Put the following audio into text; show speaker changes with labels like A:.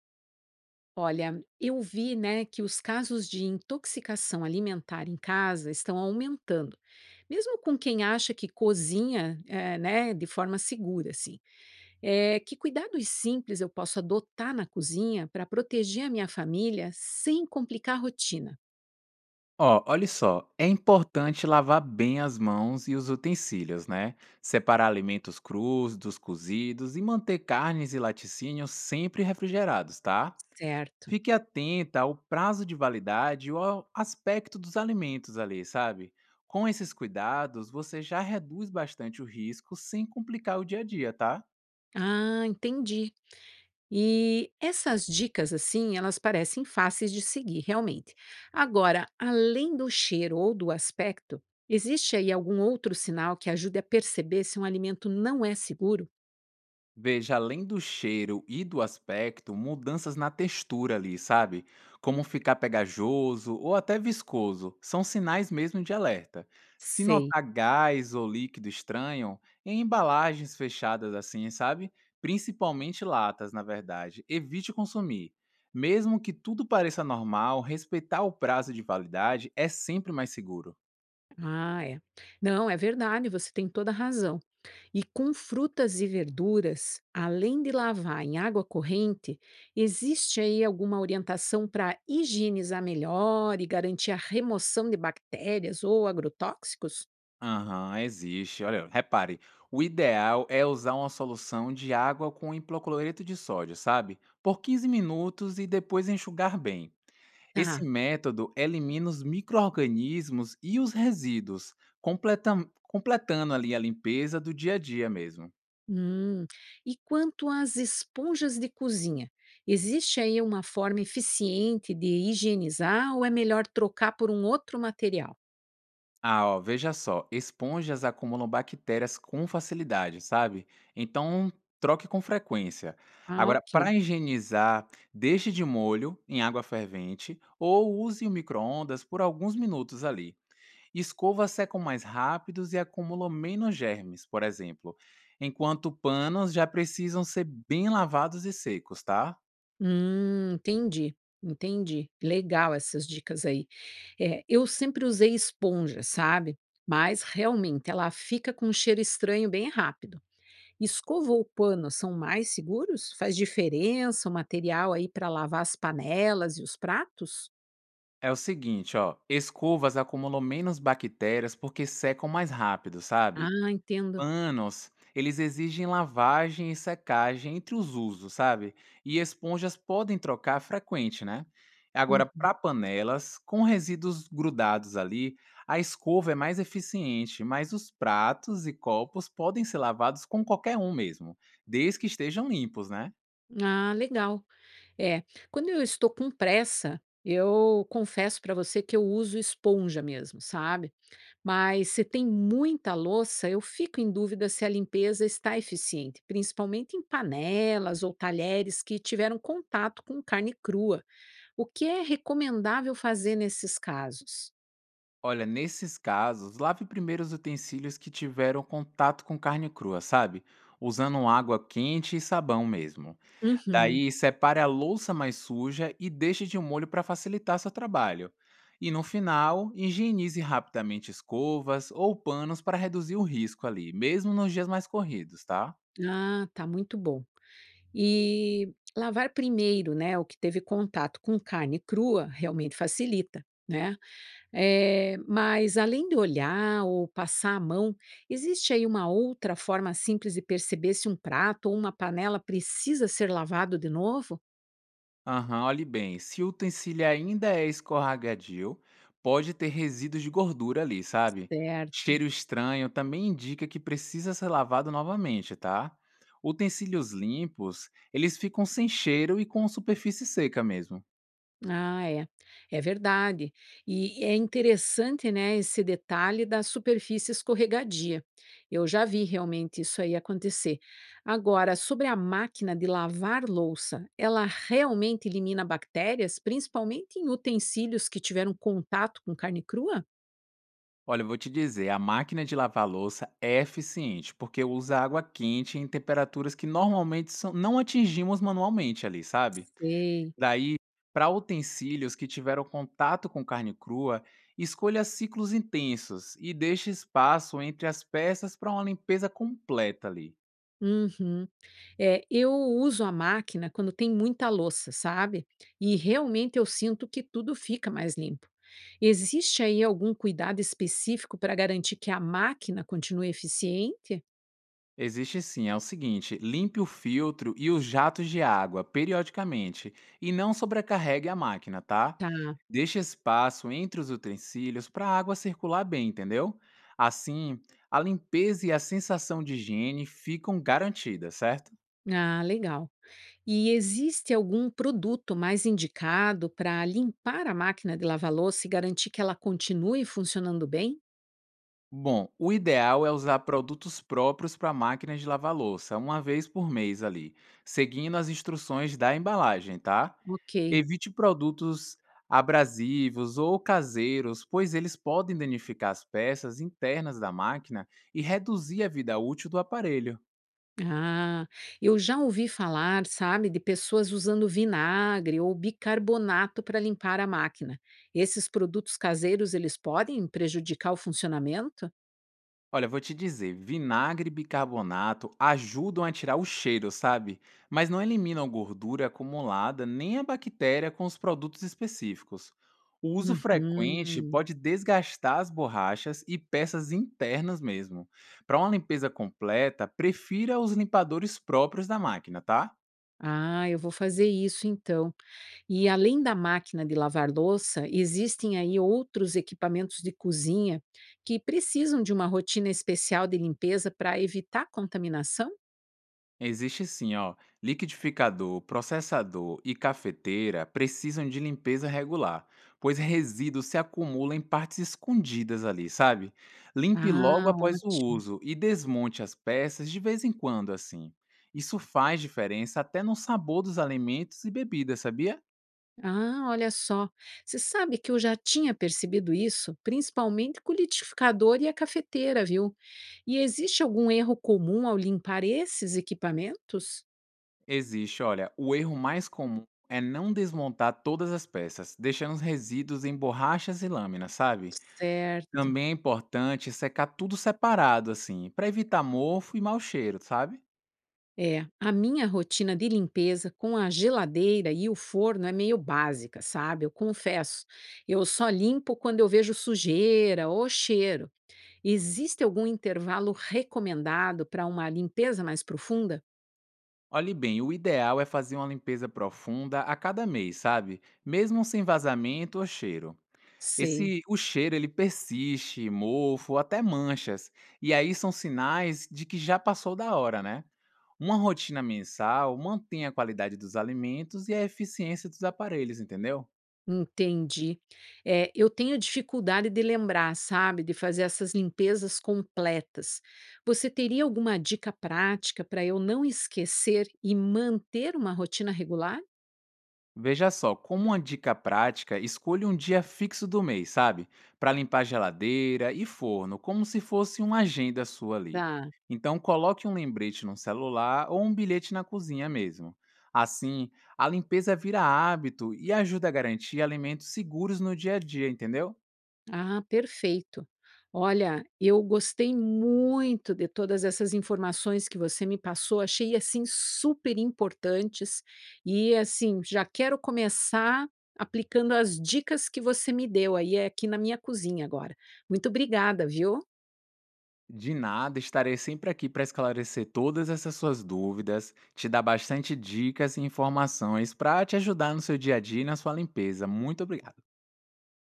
A: Olha, eu vi, né, que os casos de intoxicação alimentar em casa estão aumentando, mesmo com quem acha que cozinha, né, de forma segura, assim. Que cuidados simples eu posso adotar na cozinha para proteger a minha família sem complicar a rotina?
B: Ó, olha só, é importante lavar bem as mãos e os utensílios, né? Separar alimentos crus dos cozidos e manter carnes e laticínios sempre refrigerados, tá?
A: Certo.
B: Fique atenta ao prazo de validade ou ao aspecto dos alimentos ali, sabe? Com esses cuidados, você já reduz bastante o risco sem complicar o dia a dia, tá?
A: Ah, entendi. E essas dicas, assim, elas parecem fáceis de seguir, realmente. Agora, além do cheiro ou do aspecto, existe aí algum outro sinal que ajude a perceber se um alimento não é seguro?
B: Veja, além do cheiro e do aspecto, mudanças na textura ali, sabe? Como ficar pegajoso ou até viscoso, são sinais mesmo de alerta. Se
A: Sei.
B: notar gás ou líquido estranho, em embalagens fechadas assim, sabe? Principalmente latas, na verdade, evite consumir. Mesmo que tudo pareça normal, respeitar o prazo de validade é sempre mais seguro.
A: Ah, é. Não, é verdade, você tem toda a razão. E com frutas e verduras, além de lavar em água corrente, existe aí alguma orientação para higienizar melhor e garantir a remoção de bactérias ou agrotóxicos?
B: Aham, existe. Olha, repare, o ideal é usar uma solução de água com hipocloreto de sódio, sabe? Por 15 minutos e depois enxugar bem. Esse
A: Tá.
B: método elimina os micro-organismos e os resíduos, completando ali a limpeza do dia a dia mesmo.
A: Hum. E quanto às esponjas de cozinha, existe aí uma forma eficiente de higienizar ou é melhor trocar por um outro material?
B: Ah, ó, veja só, esponjas acumulam bactérias com facilidade, sabe? Então, troque com frequência.
A: Ah,
B: Agora,
A: ok.
B: para higienizar, deixe de molho em água fervente ou use o micro-ondas por alguns minutos ali. Escovas secam mais rápidos e acumulam menos germes, por exemplo, enquanto panos já precisam ser bem lavados e secos, tá?
A: Entendi, entendi. Legal essas dicas aí. É, eu sempre usei esponja, sabe? Mas realmente ela fica com um cheiro estranho bem rápido. Escova ou pano são mais seguros? Faz diferença o material aí para lavar as panelas e os pratos?
B: É o seguinte, ó, escovas acumulam menos bactérias porque secam mais rápido, sabe?
A: Ah, entendo.
B: Panos, eles exigem lavagem e secagem entre os usos, sabe? E esponjas podem trocar frequente, né? Agora, para panelas, com resíduos grudados ali, a escova é mais eficiente, mas os pratos e copos podem ser lavados com qualquer um mesmo, desde que estejam limpos, né?
A: Ah, legal. É, quando eu estou com pressa, eu confesso para você que eu uso esponja mesmo, sabe? Mas se tem muita louça, eu fico em dúvida se a limpeza está eficiente, principalmente em panelas ou talheres que tiveram contato com carne crua. O que é recomendável fazer nesses casos?
B: Olha, nesses casos, lave primeiro os utensílios que tiveram contato com carne crua, sabe? Usando água quente e sabão mesmo.
A: Uhum.
B: Daí separe a louça mais suja e deixe de um molho para facilitar seu trabalho. E no final, higienize rapidamente escovas ou panos para reduzir o risco ali, mesmo nos dias mais corridos, tá?
A: Ah, tá muito bom. E lavar primeiro, né, o que teve contato com carne crua realmente facilita, né? É, mas além de olhar ou passar a mão, existe aí uma outra forma simples de perceber se um prato ou uma panela precisa ser lavado de novo?
B: Aham, olhe bem, se o utensílio ainda é escorregadio, pode ter resíduos de gordura ali, sabe?
A: Certo.
B: Cheiro estranho também indica que precisa ser lavado novamente, tá? Utensílios limpos, eles ficam sem cheiro e com superfície seca mesmo.
A: Ah, é. É verdade. E é interessante, né, esse detalhe da superfície escorregadia. Eu já vi realmente isso aí acontecer. Agora, sobre a máquina de lavar louça, ela realmente elimina bactérias, principalmente em utensílios que tiveram contato com carne crua?
B: Olha, eu vou te dizer, a máquina de lavar louça é eficiente, porque usa água quente em temperaturas que normalmente não atingimos manualmente ali, sabe?
A: Sei.
B: Daí, para utensílios que tiveram contato com carne crua, escolha ciclos intensos e deixe espaço entre as peças para uma limpeza completa ali.
A: Uhum. É, eu uso a máquina quando tem muita louça, sabe? E realmente eu sinto que tudo fica mais limpo. Existe aí algum cuidado específico para garantir que a máquina continue eficiente?
B: Existe sim, é o seguinte: limpe o filtro e os jatos de água periodicamente e não sobrecarregue a máquina, tá?
A: Tá.
B: Deixe espaço entre os utensílios para a água circular bem, entendeu? Assim, a limpeza e a sensação de higiene ficam garantidas, certo?
A: Ah, legal. E existe algum produto mais indicado para limpar a máquina de lavar louça e garantir que ela continue funcionando bem?
B: Bom, o ideal é usar produtos próprios para máquinas de lavar louça, uma vez por mês ali, seguindo as instruções da embalagem, tá?
A: Ok.
B: Evite produtos abrasivos ou caseiros, pois eles podem danificar as peças internas da máquina e reduzir a vida útil do aparelho.
A: Ah, eu já ouvi falar, sabe, de pessoas usando vinagre ou bicarbonato para limpar a máquina. Esses produtos caseiros, eles podem prejudicar o funcionamento?
B: Olha, vou te dizer, vinagre e bicarbonato ajudam a tirar o cheiro, sabe? Mas não eliminam gordura acumulada nem a bactéria com os produtos específicos. O uso frequente
A: Uhum.
B: pode desgastar as borrachas e peças internas mesmo. Para uma limpeza completa, prefira os limpadores próprios da máquina, tá?
A: Ah, eu vou fazer isso então. E além da máquina de lavar louça, existem aí outros equipamentos de cozinha que precisam de uma rotina especial de limpeza para evitar contaminação?
B: Existe sim, ó. Liquidificador, processador e cafeteira precisam de limpeza regular, pois resíduos se acumulam em partes escondidas ali, sabe? Limpe logo
A: Ah,
B: após o
A: ótimo.
B: uso e desmonte as peças de vez em quando, assim. Isso faz diferença até no sabor dos alimentos e bebidas, sabia?
A: Ah, olha só. Você sabe que eu já tinha percebido isso, principalmente com o liquidificador e a cafeteira, viu? E existe algum erro comum ao limpar esses equipamentos?
B: Existe, olha, o erro mais comum é não desmontar todas as peças, deixando os resíduos em borrachas e lâminas, sabe?
A: Certo.
B: Também é importante secar tudo separado, assim, para evitar mofo e mau cheiro, sabe?
A: É, a minha rotina de limpeza com a geladeira e o forno é meio básica, sabe? Eu confesso. Eu só limpo quando eu vejo sujeira ou cheiro. Existe algum intervalo recomendado para uma limpeza mais profunda?
B: Olhe bem, o ideal é fazer uma limpeza profunda a cada mês, sabe? Mesmo sem vazamento ou cheiro.
A: Sei.
B: Esse, o cheiro ele persiste, mofo, até manchas. E aí são sinais de que já passou da hora, né? Uma rotina mensal mantém a qualidade dos alimentos e a eficiência dos aparelhos, entendeu?
A: Entendi. É, eu tenho dificuldade de lembrar, sabe, de fazer essas limpezas completas. Você teria alguma dica prática para eu não esquecer e manter uma rotina regular?
B: Veja só, como uma dica prática, escolha um dia fixo do mês, sabe? Para limpar geladeira e forno, como se fosse uma agenda sua ali.
A: Ah.
B: Então, coloque um lembrete no celular ou um bilhete na cozinha mesmo. Assim, a limpeza vira hábito e ajuda a garantir alimentos seguros no dia a dia, entendeu?
A: Ah, perfeito. Olha, eu gostei muito de todas essas informações que você me passou, achei assim super importantes e assim, já quero começar aplicando as dicas que você me deu aí é aqui na minha cozinha agora. Muito obrigada, viu?
B: De nada, estarei sempre aqui para esclarecer todas essas suas dúvidas, te dar bastante dicas e informações para te ajudar no seu dia a dia e na sua limpeza. Muito obrigado.